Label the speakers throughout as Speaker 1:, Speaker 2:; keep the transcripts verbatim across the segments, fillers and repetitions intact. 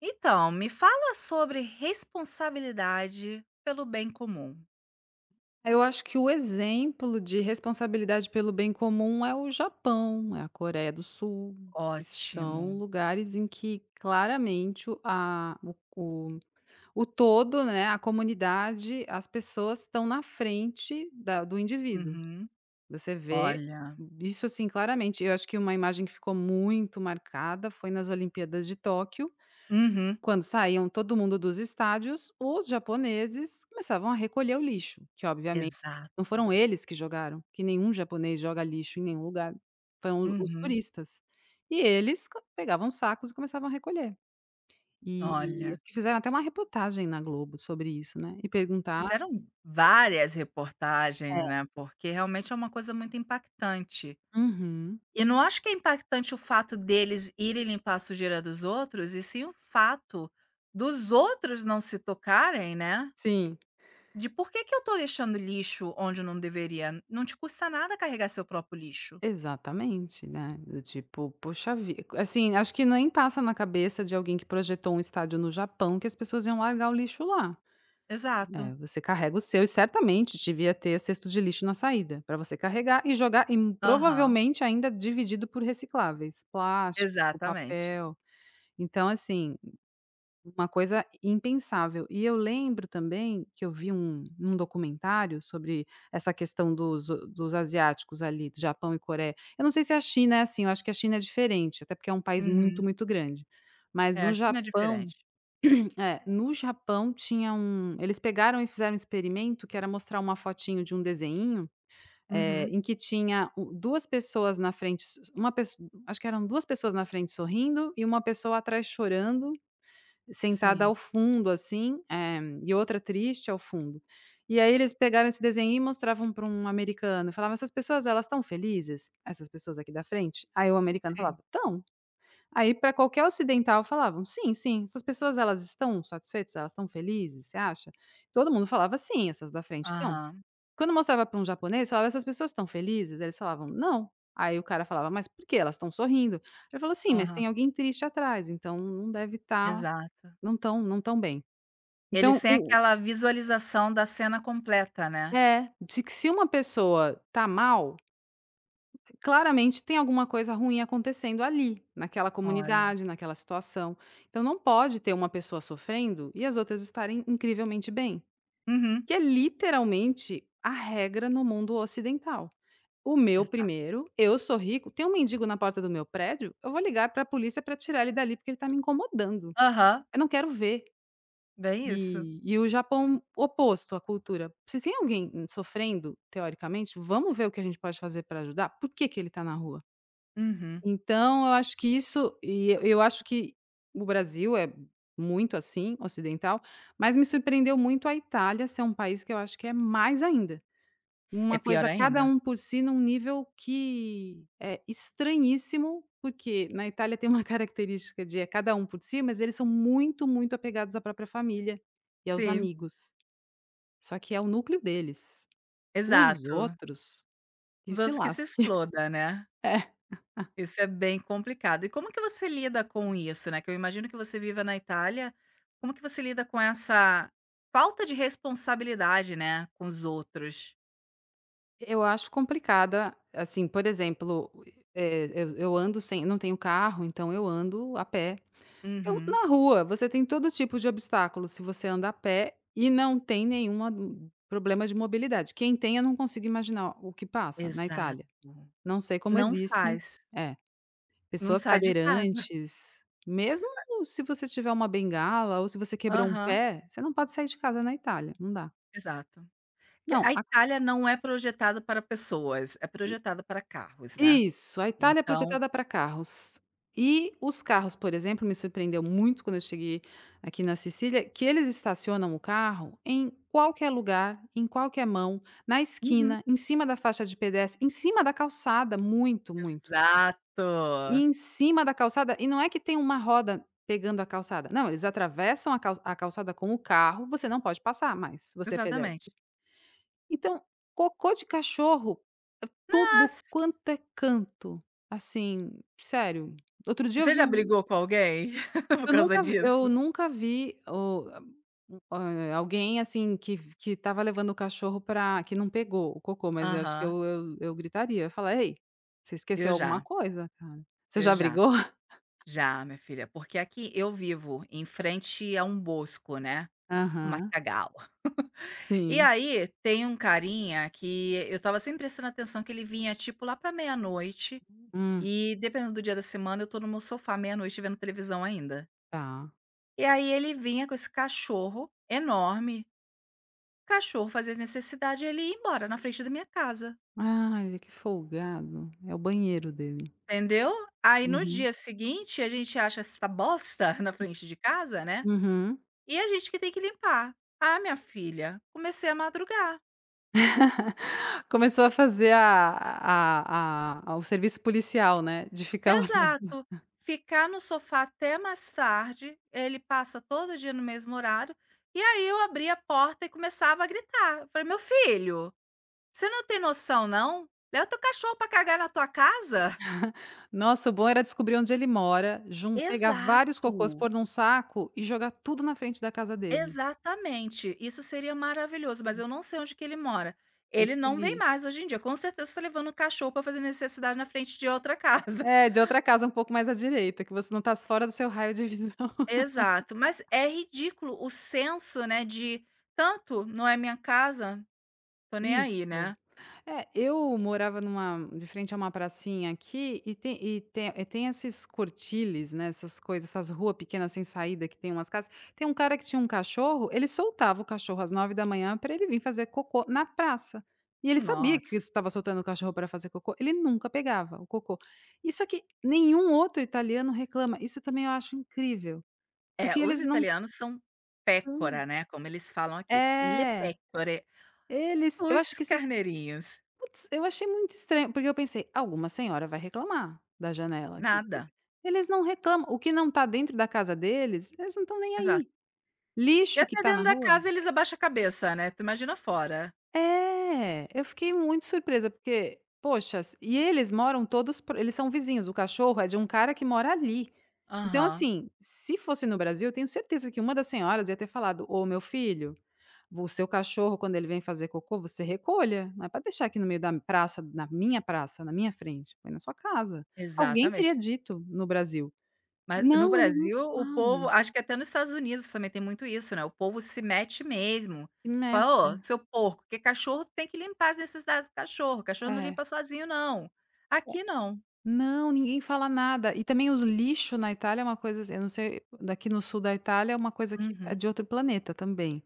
Speaker 1: Então, me fala sobre responsabilidade pelo bem comum.
Speaker 2: Eu acho que o exemplo de responsabilidade pelo bem comum é o Japão, é a Coreia do Sul, que
Speaker 1: Ótimo.
Speaker 2: são lugares em que claramente o a o o o todo, né, a comunidade, as pessoas estão na frente da do indivíduo.
Speaker 1: Uhum.
Speaker 2: Você vê
Speaker 1: Olha.
Speaker 2: isso, assim, claramente. Eu acho que uma imagem que ficou muito marcada foi nas Olimpíadas de Tóquio,
Speaker 1: Uhum.
Speaker 2: quando saíam todo mundo dos estádios, os japoneses começavam a recolher o lixo, que obviamente não
Speaker 1: Exato.
Speaker 2: foram eles que jogaram, que nenhum japonês joga lixo em nenhum lugar, foram os
Speaker 1: Uhum.
Speaker 2: turistas. E eles co pegavam sacos e começavam a recolher. E
Speaker 1: Olha.
Speaker 2: acho que fizeram até uma reportagem na Globo sobre isso, né, e perguntaram.
Speaker 1: Fizeram várias reportagens, né, porque realmente é uma coisa muito impactante.
Speaker 2: Uhum.
Speaker 1: E não acho que é impactante o fato deles irem limpar a sujeira dos outros, e sim o fato dos outros não se tocarem, né,
Speaker 2: Sim,
Speaker 1: de por que que eu tô deixando lixo onde não deveria. Não te custa nada carregar seu próprio lixo.
Speaker 2: exatamente, né, do tipo, poxa vi assim, acho que nem passa na cabeça de alguém que projetou um estádio no Japão que as pessoas iam largar o lixo lá.
Speaker 1: Exato.
Speaker 2: É, você carrega o seu e certamente devia ter cesto de lixo na saída, para você carregar e jogar e m-
Speaker 1: Aham,
Speaker 2: provavelmente ainda dividido por recicláveis, plástico,
Speaker 1: exatamente.
Speaker 2: papel. Então, assim, uma coisa impensável. E eu lembro também que eu vi um, um documentário sobre essa questão dos, dos asiáticos ali, do Japão e Coreia. Eu não sei se a China é assim, eu acho que a China é diferente, até porque é um país muito,
Speaker 1: Uhum.
Speaker 2: muito grande.
Speaker 1: É,
Speaker 2: Mas
Speaker 1: a
Speaker 2: o
Speaker 1: China é
Speaker 2: Japão
Speaker 1: diferente.
Speaker 2: é, no Japão tinha um eles pegaram e fizeram um experimento que era mostrar uma fotinho de um desenho eh,
Speaker 1: Uhum.
Speaker 2: em que tinha u duas pessoas na frente s uma pesso acho que eram duas pessoas na frente sorrindo e uma pessoa atrás chorando, sentada
Speaker 1: Sim,
Speaker 2: ao fundo assim, eh, e outra triste ao fundo. E aí eles pegaram esse desenho e mostravam para um americano, e falavam: "Essas pessoas elas estão felizes? Essas pessoas aqui da frente?" Aí o americano
Speaker 1: sim.
Speaker 2: falava: "Estão". Aí para qualquer ocidental falavam: "Sim, sim, essas pessoas elas estão satisfeitas, elas estão felizes, você acha?" Todo mundo falava: "Sim, essas da frente estão".
Speaker 1: Aham,
Speaker 2: Quando mostrava para um japonês, falava: "Essas pessoas estão felizes?" Eles falavam: "Não". Aí o cara falava: "Mas por quê? Elas estão sorrindo". Ele falou: "Sim, mas
Speaker 1: aham.
Speaker 2: tem alguém triste atrás, então não deve estar
Speaker 1: Exato.
Speaker 2: não tão não tão bem".
Speaker 1: Eles
Speaker 2: Então
Speaker 1: têm
Speaker 2: o
Speaker 1: aquela visualização da cena completa, né.
Speaker 2: é, se que se uma pessoa tá mal, claramente tem alguma coisa ruim acontecendo ali, naquela
Speaker 1: Olha.
Speaker 2: comunidade, naquela situação. Então não pode ter uma pessoa sofrendo e as outras estarem incrivelmente bem,
Speaker 1: Uhum.
Speaker 2: que é literalmente a regra no mundo ocidental. O meu
Speaker 1: Exato.
Speaker 2: primeiro, eu sou rico, tem um mendigo na porta do meu prédio, eu vou ligar para a polícia para tirar ele dali porque ele está me incomodando.
Speaker 1: Aham,
Speaker 2: Eu não quero ver.
Speaker 1: bem isso.
Speaker 2: E, e o Japão oposto à cultura. Se tem alguém hum, sofrendo, teoricamente, vamos ver o que a gente pode fazer para ajudar. Por que, que ele está na rua?
Speaker 1: Uhum.
Speaker 2: Então, eu acho que isso e eu eu acho que o Brasil é muito assim, ocidental, mas me surpreendeu muito a Itália ser um país que eu acho que é mais ainda.
Speaker 1: É
Speaker 2: Uma
Speaker 1: pior
Speaker 2: coisa cada
Speaker 1: ainda.
Speaker 2: um por si num nível que é estranhíssimo, porque na Itália tem uma característica de é cada um por si, mas eles são muito, muito apegados à própria família e aos
Speaker 1: Sim,
Speaker 2: amigos. Só que é o núcleo deles. Os
Speaker 1: exato.
Speaker 2: outros que
Speaker 1: Os
Speaker 2: se
Speaker 1: outros que se
Speaker 2: lasquem.
Speaker 1: exploda, né. Isso é bem complicado. E como que você lida com isso, né, que eu imagino que você viva na Itália, como que você lida com essa falta de responsabilidade, né, com os outros?
Speaker 2: Eu acho complicada, assim, por exemplo, eh, eu eu ando sem não tenho carro, então eu ando a pé. Então,
Speaker 1: Uhum,
Speaker 2: na rua, você tem todo tipo de obstáculo se você anda a pé e não tem nenhuma hum, problema de mobilidade. Quem tem, eu não consigo imaginar o que passa na
Speaker 1: exato.
Speaker 2: Itália. Não sei como
Speaker 1: Não
Speaker 2: existem
Speaker 1: faz,
Speaker 2: é,
Speaker 1: não
Speaker 2: pessoas
Speaker 1: sai de casa.
Speaker 2: cadeirantes, mesmo se você tiver uma bengala ou se você quebrou um
Speaker 1: Aham,
Speaker 2: pé, você não pode sair de casa na Itália, não dá.
Speaker 1: exato. Que a
Speaker 2: Não,
Speaker 1: Itália não é projetada para pessoas, é projetada para carros, né.
Speaker 2: isso, a Itália é
Speaker 1: Então
Speaker 2: projetada para carros. E os carros, por exemplo, me surpreendeu muito quando eu cheguei aqui na Sicília, que eles estacionam o carro em qualquer lugar, em qualquer mão, na
Speaker 1: uhum,
Speaker 2: esquina, em cima da faixa de pedestre, em cima da calçada, muito, muito. E
Speaker 1: exato,
Speaker 2: em cima da calçada, e não é que tem uma roda pegando a calçada, não, eles atravessam a cal a calçada com o carro, você não pode passar mais, se você é
Speaker 1: exatamente.
Speaker 2: pedestre. Então, cocô de cachorro tudo
Speaker 1: Mas,
Speaker 2: quanto é canto, assim, sério. Outro dia eu
Speaker 1: você
Speaker 2: vi
Speaker 1: já
Speaker 2: um
Speaker 1: brigou com alguém por
Speaker 2: eu
Speaker 1: causa
Speaker 2: nunca vi eu
Speaker 1: disso?
Speaker 2: nunca vi o hã, alguém, assim, que que estava levando o cachorro pra que não pegou o cocô, mas eu acho que
Speaker 1: Aham.
Speaker 2: eu eu eu gritaria, eu ia falar: "Ei, você
Speaker 1: Eu
Speaker 2: esqueceu alguma
Speaker 1: já,
Speaker 2: coisa, cara. Você
Speaker 1: eu
Speaker 2: já
Speaker 1: já.
Speaker 2: brigou?"
Speaker 1: Já, minha filha, porque aqui eu vivo em frente a um bosco, né, um
Speaker 2: Aham,
Speaker 1: matagal. E
Speaker 2: sim.
Speaker 1: aí tem um carinha que eu estava sempre prestando atenção que ele vinha, tipo, lá pra meia-noite
Speaker 2: Hum,
Speaker 1: e dependendo do dia da semana, eu tô no meu sofá meia-noite vendo televisão ainda.
Speaker 2: tá.
Speaker 1: E aí ele vinha com esse cachorro enorme, cachorro fazia necessidade, e ele ia embora na frente da minha casa,
Speaker 2: Ai, que folgado. É o banheiro dele.
Speaker 1: entendeu? Aí no
Speaker 2: Uhum,
Speaker 1: dia seguinte a gente acha essa bosta na frente de casa, né
Speaker 2: uhum.
Speaker 1: E a gente que tem que limpar. Ah, minha filha, comecei a madrugar.
Speaker 2: Começou a fazer a a a a- o serviço policial, né, de ficar olhando.
Speaker 1: Exato. Ficar no sofá até mais tarde, ele passa todo dia no mesmo horário, e aí eu abria a porta e começava a gritar. Eu falei: "Meu filho, você não tem noção não? Leva teu cachorro pra cagar na tua casa?".
Speaker 2: Nossa, o bom era descobrir onde ele mora, jun pegar vários cocôs,
Speaker 1: Exato,
Speaker 2: pôr num saco e jogar tudo na frente da casa dele.
Speaker 1: exatamente. Isso seria maravilhoso, mas eu não sei onde que ele mora.
Speaker 2: Tem
Speaker 1: Ele
Speaker 2: que
Speaker 1: não vem
Speaker 2: seguir.
Speaker 1: mais hoje em dia, com certeza está levando o cachorro para fazer necessidade na frente de outra casa.
Speaker 2: É, de outra casa um pouco mais à direita, que você não tá fora do seu raio de visão.
Speaker 1: Exato, mas é ridículo o senso, né, de tanto não é minha casa, tô nem aí,
Speaker 2: Isso.
Speaker 1: né.
Speaker 2: É, eu morava numa de frente a uma pracinha aqui e tem e tem e tem esses cortiles, né, essas coisas, essas ruas pequenas sem saída que tem umas casas. Tem um cara que tinha um cachorro, ele soltava o cachorro às nove da manhã para ele vir fazer cocô na praça. E ele sabia que
Speaker 1: Nossa.
Speaker 2: estava soltando o cachorro para fazer cocô, ele nunca pegava o cocô. Isso aqui nenhum outro italiano reclama, isso também eu acho incrível,
Speaker 1: É,
Speaker 2: porque
Speaker 1: os
Speaker 2: eles não
Speaker 1: italianos são
Speaker 2: tão
Speaker 1: pecora, né, como eles falam aqui, le
Speaker 2: é,
Speaker 1: pecore,
Speaker 2: eles eu acho
Speaker 1: os
Speaker 2: que se
Speaker 1: carneirinhos,
Speaker 2: Putz, eu achei muito estranho, porque eu pensei: "Alguma senhora vai reclamar da janela que que".
Speaker 1: nada,
Speaker 2: Eles não reclamam, o que não está dentro da casa deles, eles não estão nem
Speaker 1: exato.
Speaker 2: aí.
Speaker 1: E
Speaker 2: Lixo que
Speaker 1: até
Speaker 2: está na
Speaker 1: dentro da
Speaker 2: rua,
Speaker 1: casa eles abaixa a cabeça, né, tu imagina fora.
Speaker 2: é, eu fiquei muito surpresa, porque, poxa, s e eles moram todos pro eles são vizinhos, o cachorro é de um cara que mora ali. Então,
Speaker 1: Aham,
Speaker 2: assim, se fosse no Brasil, eu tenho certeza que uma das senhoras ia ter falado: "Ô, meu filho, o seu cachorro, quando ele vem fazer cocô, você recolha, não é para deixar aqui no meio da praça, na minha praça, na minha frente, põe na sua casa". Alguém teria
Speaker 1: exatamente.
Speaker 2: dito no Brasil.
Speaker 1: Mas no
Speaker 2: Não, eles não
Speaker 1: Brasil, o povo
Speaker 2: falam.
Speaker 1: acho que até nos Estados Unidos também tem muito isso, né, o povo se mete mesmo.
Speaker 2: Se
Speaker 1: Fala: "Ô,
Speaker 2: mete.
Speaker 1: seu porco", porque cachorro tem que limpar as necessidades do cachorro, cachorro não
Speaker 2: É.
Speaker 1: limpa sozinho não. Aqui não.
Speaker 2: Não, ninguém fala nada. E também o lixo na Itália é uma coisa assim, eu não sei, daqui no sul da Itália é uma coisa que é
Speaker 1: Uhum.
Speaker 2: de outro planeta também.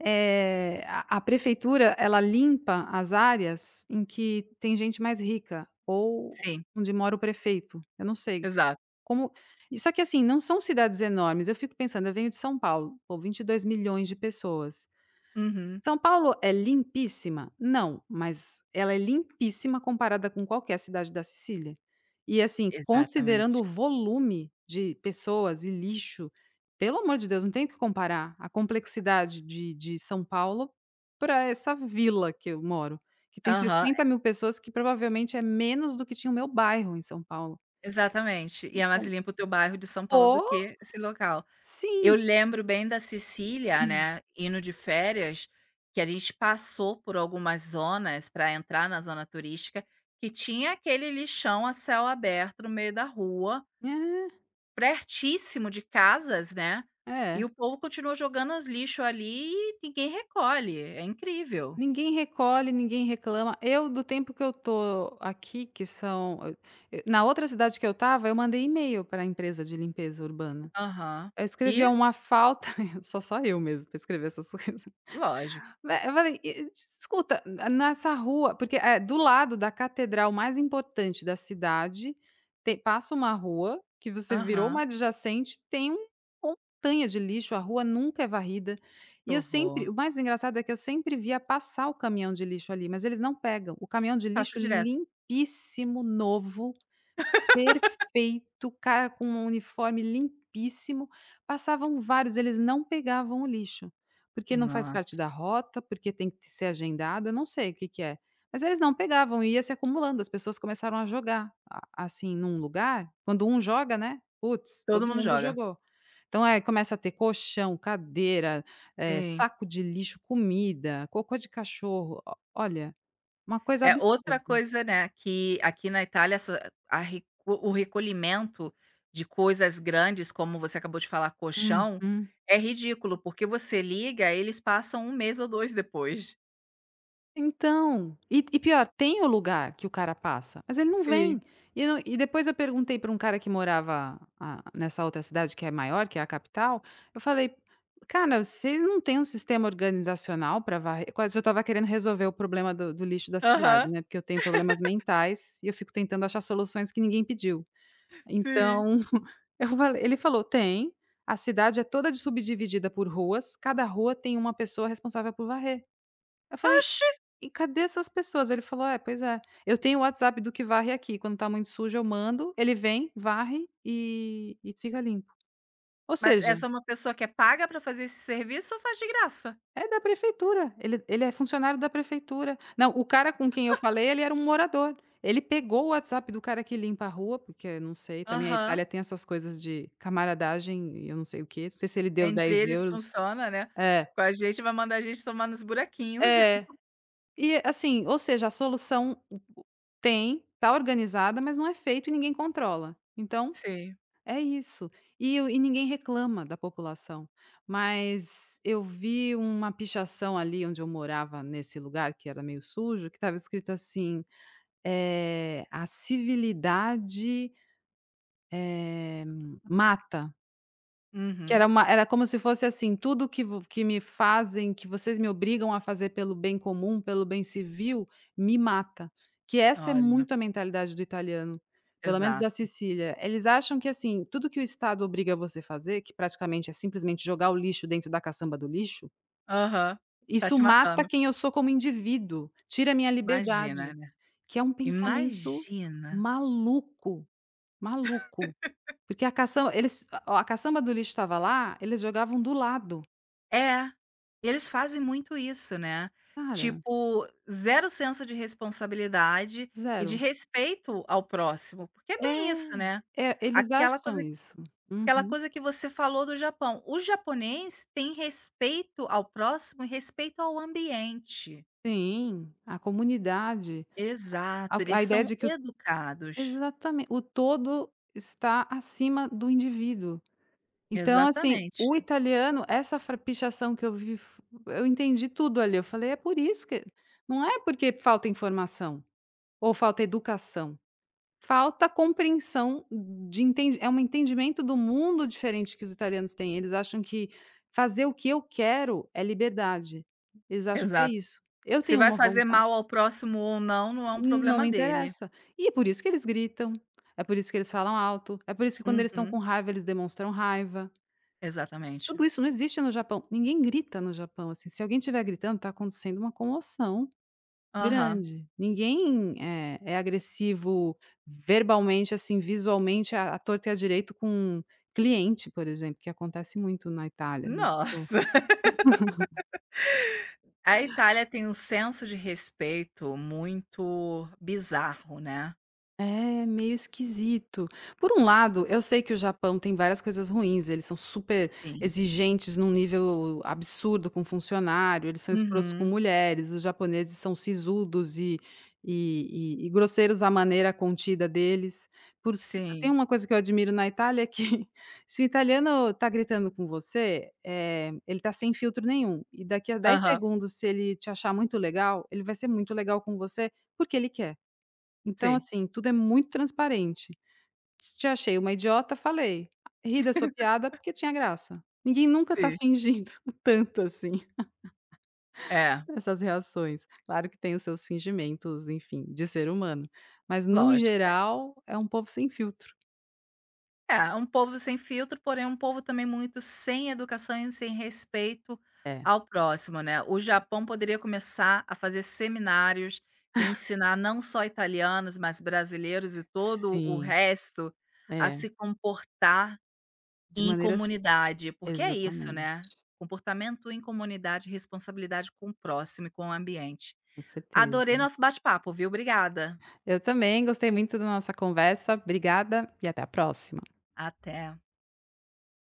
Speaker 2: Eh, a a prefeitura, ela limpa as áreas em que tem gente mais rica ou
Speaker 1: Sim,
Speaker 2: onde mora o prefeito, eu não sei.
Speaker 1: exato.
Speaker 2: Como e só que assim, não são cidades enormes, eu fico pensando, eu venho de São Paulo, pô, vinte e dois milhões de pessoas.
Speaker 1: Uhum.
Speaker 2: São Paulo é limpíssima? Não, mas ela é limpíssima comparada com qualquer cidade da Sicília. E assim, considerando
Speaker 1: Exatamente.
Speaker 2: o volume de pessoas e lixo, pelo amor de Deus, não tem o que comparar a complexidade de de São Paulo para essa vila que eu moro, que tem
Speaker 1: Aham,
Speaker 2: sessenta mil pessoas, que provavelmente é menos do que tinha o meu bairro em São Paulo.
Speaker 1: exatamente. E é mais
Speaker 2: Então
Speaker 1: limpo o teu bairro de São Paulo do
Speaker 2: oh,
Speaker 1: que esse local. Eu
Speaker 2: sim.
Speaker 1: lembro bem da Sicília, né, indo de férias, que a gente passou por algumas zonas para entrar na zona turística, que tinha aquele lixão a céu aberto no meio da rua,
Speaker 2: É,
Speaker 1: pertíssimo de casas, né, e
Speaker 2: é.
Speaker 1: o povo continua jogando os lixo ali e ninguém recolhe, é incrível.
Speaker 2: Ninguém recolhe, ninguém reclama. Eu, do tempo que eu tô aqui, que são eu eu- na outra cidade que eu estava, eu mandei e-mail para a empresa de limpeza urbana.
Speaker 1: Aham.
Speaker 2: Eu escrevi
Speaker 1: E
Speaker 2: uma falta só só eu mesmo para escrever essas coisas.
Speaker 1: lógico.
Speaker 2: Vai eu falei: "E escuta, nessa rua", porque, eh, do lado da catedral mais importante da cidade, tem passa uma rua que você virou
Speaker 1: Aham.
Speaker 2: uma adjacente, tem um uma montanha de lixo, a rua nunca é varrida.
Speaker 1: Que
Speaker 2: E eu sempre
Speaker 1: horror.
Speaker 2: o mais engraçado é que eu sempre via passar o caminhão de lixo ali, mas eles não pegam. O caminhão de
Speaker 1: Passa
Speaker 2: lixo
Speaker 1: direto.
Speaker 2: limpíssimo, novo, perfeito, cara com um uniforme limpíssimo, passavam vários, eles não pegavam o lixo, porque não faz parte
Speaker 1: Nossa,
Speaker 2: da rota, porque tem que ser agendado, eu não sei o que que é, mas eles não pegavam e ia se acumulando, as pessoas começaram a jogar, a assim, num lugar, quando um joga, né, putz,
Speaker 1: todo
Speaker 2: todo
Speaker 1: mundo
Speaker 2: mundo
Speaker 1: joga.
Speaker 2: jogou. Então, eh, começa a ter colchão, cadeira, eh,
Speaker 1: Sim.
Speaker 2: saco de lixo, comida, cocô de cachorro, o olha, uma coisa
Speaker 1: É outra
Speaker 2: absurda.
Speaker 1: coisa, né, que aqui na Itália essa a reco o recolhimento de coisas grandes, como você acabou de falar, colchão,
Speaker 2: Uhum.
Speaker 1: é ridículo, porque você liga, eles passam um mês ou dois depois.
Speaker 2: Então, e e pior, tem o lugar que o cara passa, mas ele não
Speaker 1: Sim.
Speaker 2: vem. E eu não e depois eu perguntei para um cara que morava a nessa outra cidade que é maior, que é a capital, eu falei: "Cara, vocês não têm um sistema organizacional para varrer?" Quase eu estava querendo resolver o problema do do lixo da cidade,
Speaker 1: Aham,
Speaker 2: né, porque eu tenho problemas mentais e eu fico tentando achar soluções que ninguém pediu.
Speaker 1: sim.
Speaker 2: Então, eu falei ele falou: "Tem, a cidade é toda subdividida por ruas, cada rua tem uma pessoa responsável por varrer". Eu falei:
Speaker 1: "Oxe,
Speaker 2: e cadê essas pessoas? Ele falou: "É, pois é, eu tenho o WhatsApp do que varre aqui, quando tá muito sujo eu mando, ele vem, varre e e fica limpo". Ou
Speaker 1: mas
Speaker 2: seja,
Speaker 1: essa é uma pessoa que é paga para fazer esse serviço ou faz de graça?"
Speaker 2: é da prefeitura, ele ele é funcionário da prefeitura. Não, o cara com quem eu falei, ele era um morador. Ele pegou o WhatsApp do cara que limpa a rua, porque não sei, também a
Speaker 1: Aham.
Speaker 2: Itália tem essas coisas de camaradagem e eu não sei o quê, não sei se ele deu
Speaker 1: Entre
Speaker 2: dez
Speaker 1: eles
Speaker 2: euros.
Speaker 1: funciona, né,
Speaker 2: É,
Speaker 1: com a gente vai mandar a gente tomar nos buraquinhos.
Speaker 2: é. E assim, ou seja, a solução tem, tá organizada, mas não é feito e ninguém controla. Então
Speaker 1: Sim.
Speaker 2: é isso. E o e ninguém reclama da população, mas eu vi uma pichação ali onde eu morava, nesse lugar que era meio sujo, que estava escrito assim, eh, "A civilidade, eh, mata". Que
Speaker 1: Uhum.
Speaker 2: era uma era como se fosse assim, tudo que vo que me fazem, que vocês me obrigam a fazer pelo bem comum, pelo bem civil, me mata. Que essa é
Speaker 1: Olha,
Speaker 2: muito a mentalidade do italiano, pelo menos da
Speaker 1: exato.
Speaker 2: Sicília. Eles acham que assim, tudo que o Estado obriga você a fazer, que praticamente é simplesmente jogar o lixo dentro da caçamba do lixo,
Speaker 1: Aham. Tá
Speaker 2: isso
Speaker 1: te
Speaker 2: mata
Speaker 1: matando.
Speaker 2: quem eu sou como indivíduo, tira minha
Speaker 1: Imagina,
Speaker 2: liberdade,
Speaker 1: né.
Speaker 2: que é um pensamento
Speaker 1: Imagina.
Speaker 2: maluco, maluco. Porque a caçam eles a a caçamba do lixo estava lá, eles jogavam do lado.
Speaker 1: É, eles fazem muito isso, né.
Speaker 2: Cara,
Speaker 1: Tipo, zero senso de responsabilidade e de
Speaker 2: zero.
Speaker 1: respeito ao próximo, porque é bem isso, né.
Speaker 2: É, é, eles
Speaker 1: Aquela
Speaker 2: acham
Speaker 1: coisa
Speaker 2: isso.
Speaker 1: aquela
Speaker 2: Uhum.
Speaker 1: coisa que você falou do Japão, o japonês tem respeito ao próximo e respeito ao ambiente.
Speaker 2: Sim, a comunidade, a
Speaker 1: Exato, eles
Speaker 2: a ideia
Speaker 1: são
Speaker 2: de que o
Speaker 1: educados.
Speaker 2: exatamente, o todo está acima do indivíduo. Então, assim, o
Speaker 1: Exatamente,
Speaker 2: italiano, essa fra pichação que eu vi f eu entendi tudo ali, eu falei: "É por isso que". Não é porque falta informação ou falta educação. Falta compreensão de enten é um entendimento do mundo diferente que os italianos têm, eles acham que fazer o que eu quero é liberdade, eles acham que é
Speaker 1: exato.
Speaker 2: isso. Eu
Speaker 1: Se
Speaker 2: tenho
Speaker 1: vai
Speaker 2: uma
Speaker 1: fazer
Speaker 2: vontade,
Speaker 1: mal ao próximo ou não, não é um
Speaker 2: não
Speaker 1: problema
Speaker 2: me
Speaker 1: dele.
Speaker 2: interessa. E é por isso que eles gritam, é por isso que eles falam alto, é por isso que quando eles estão
Speaker 1: Uhum.
Speaker 2: com raiva eles demonstram raiva.
Speaker 1: Exatamente.
Speaker 2: Tudo isso não existe no Japão, ninguém grita no Japão, assim, se alguém estiver gritando, está acontecendo uma comoção.
Speaker 1: Aham.
Speaker 2: Grande. Ninguém é é agressivo verbalmente, assim, visualmente à à torto e à direito com um cliente, por exemplo, que acontece muito na Itália, né?
Speaker 1: Nossa! A Itália tem um senso de respeito muito bizarro, né.
Speaker 2: É meio esquisito. Por um lado, eu sei que o Japão tem várias coisas ruins, eles são super
Speaker 1: Sim.
Speaker 2: exigentes num nível absurdo com funcionário, eles são escrotos com
Speaker 1: Uhum.
Speaker 2: mulheres, os japoneses são sisudos e e e e grosseiros à maneira contida deles. Por s tem
Speaker 1: Sim.
Speaker 2: uma coisa que eu admiro na Itália é que se o italiano está gritando com você, eh, ele está sem filtro nenhum, e daqui a dez
Speaker 1: Aham.
Speaker 2: segundos, se ele te achar muito legal, ele vai ser muito legal com você, porque ele quer. Então,
Speaker 1: Sim,
Speaker 2: assim, tudo é muito transparente. Se te achei uma idiota, falei. Ri da sua piada porque tinha graça. Ninguém nunca tá
Speaker 1: sim.
Speaker 2: fingindo tanto assim
Speaker 1: É,
Speaker 2: essas reações. Claro que tem os seus fingimentos, enfim, de ser humano, mas no
Speaker 1: lógico que tem.
Speaker 2: geral é um povo sem filtro.
Speaker 1: É, um povo sem filtro, porém um povo também muito sem educação e sem respeito
Speaker 2: É,
Speaker 1: ao próximo, né. O Japão poderia começar a fazer seminários e ensinar não só italianos, mas brasileiros e todo o
Speaker 2: sim,
Speaker 1: resto a
Speaker 2: é,
Speaker 1: se comportar
Speaker 2: de
Speaker 1: em
Speaker 2: maneiras
Speaker 1: comunidade, porque é isso,
Speaker 2: exatamente,
Speaker 1: né, comportamento em comunidade, responsabilidade com o próximo e com o ambiente.
Speaker 2: com certeza.
Speaker 1: Adorei nosso bate-papo, viu, obrigada.
Speaker 2: Eu também gostei muito da nossa conversa. Obrigada e até a próxima.
Speaker 1: Até.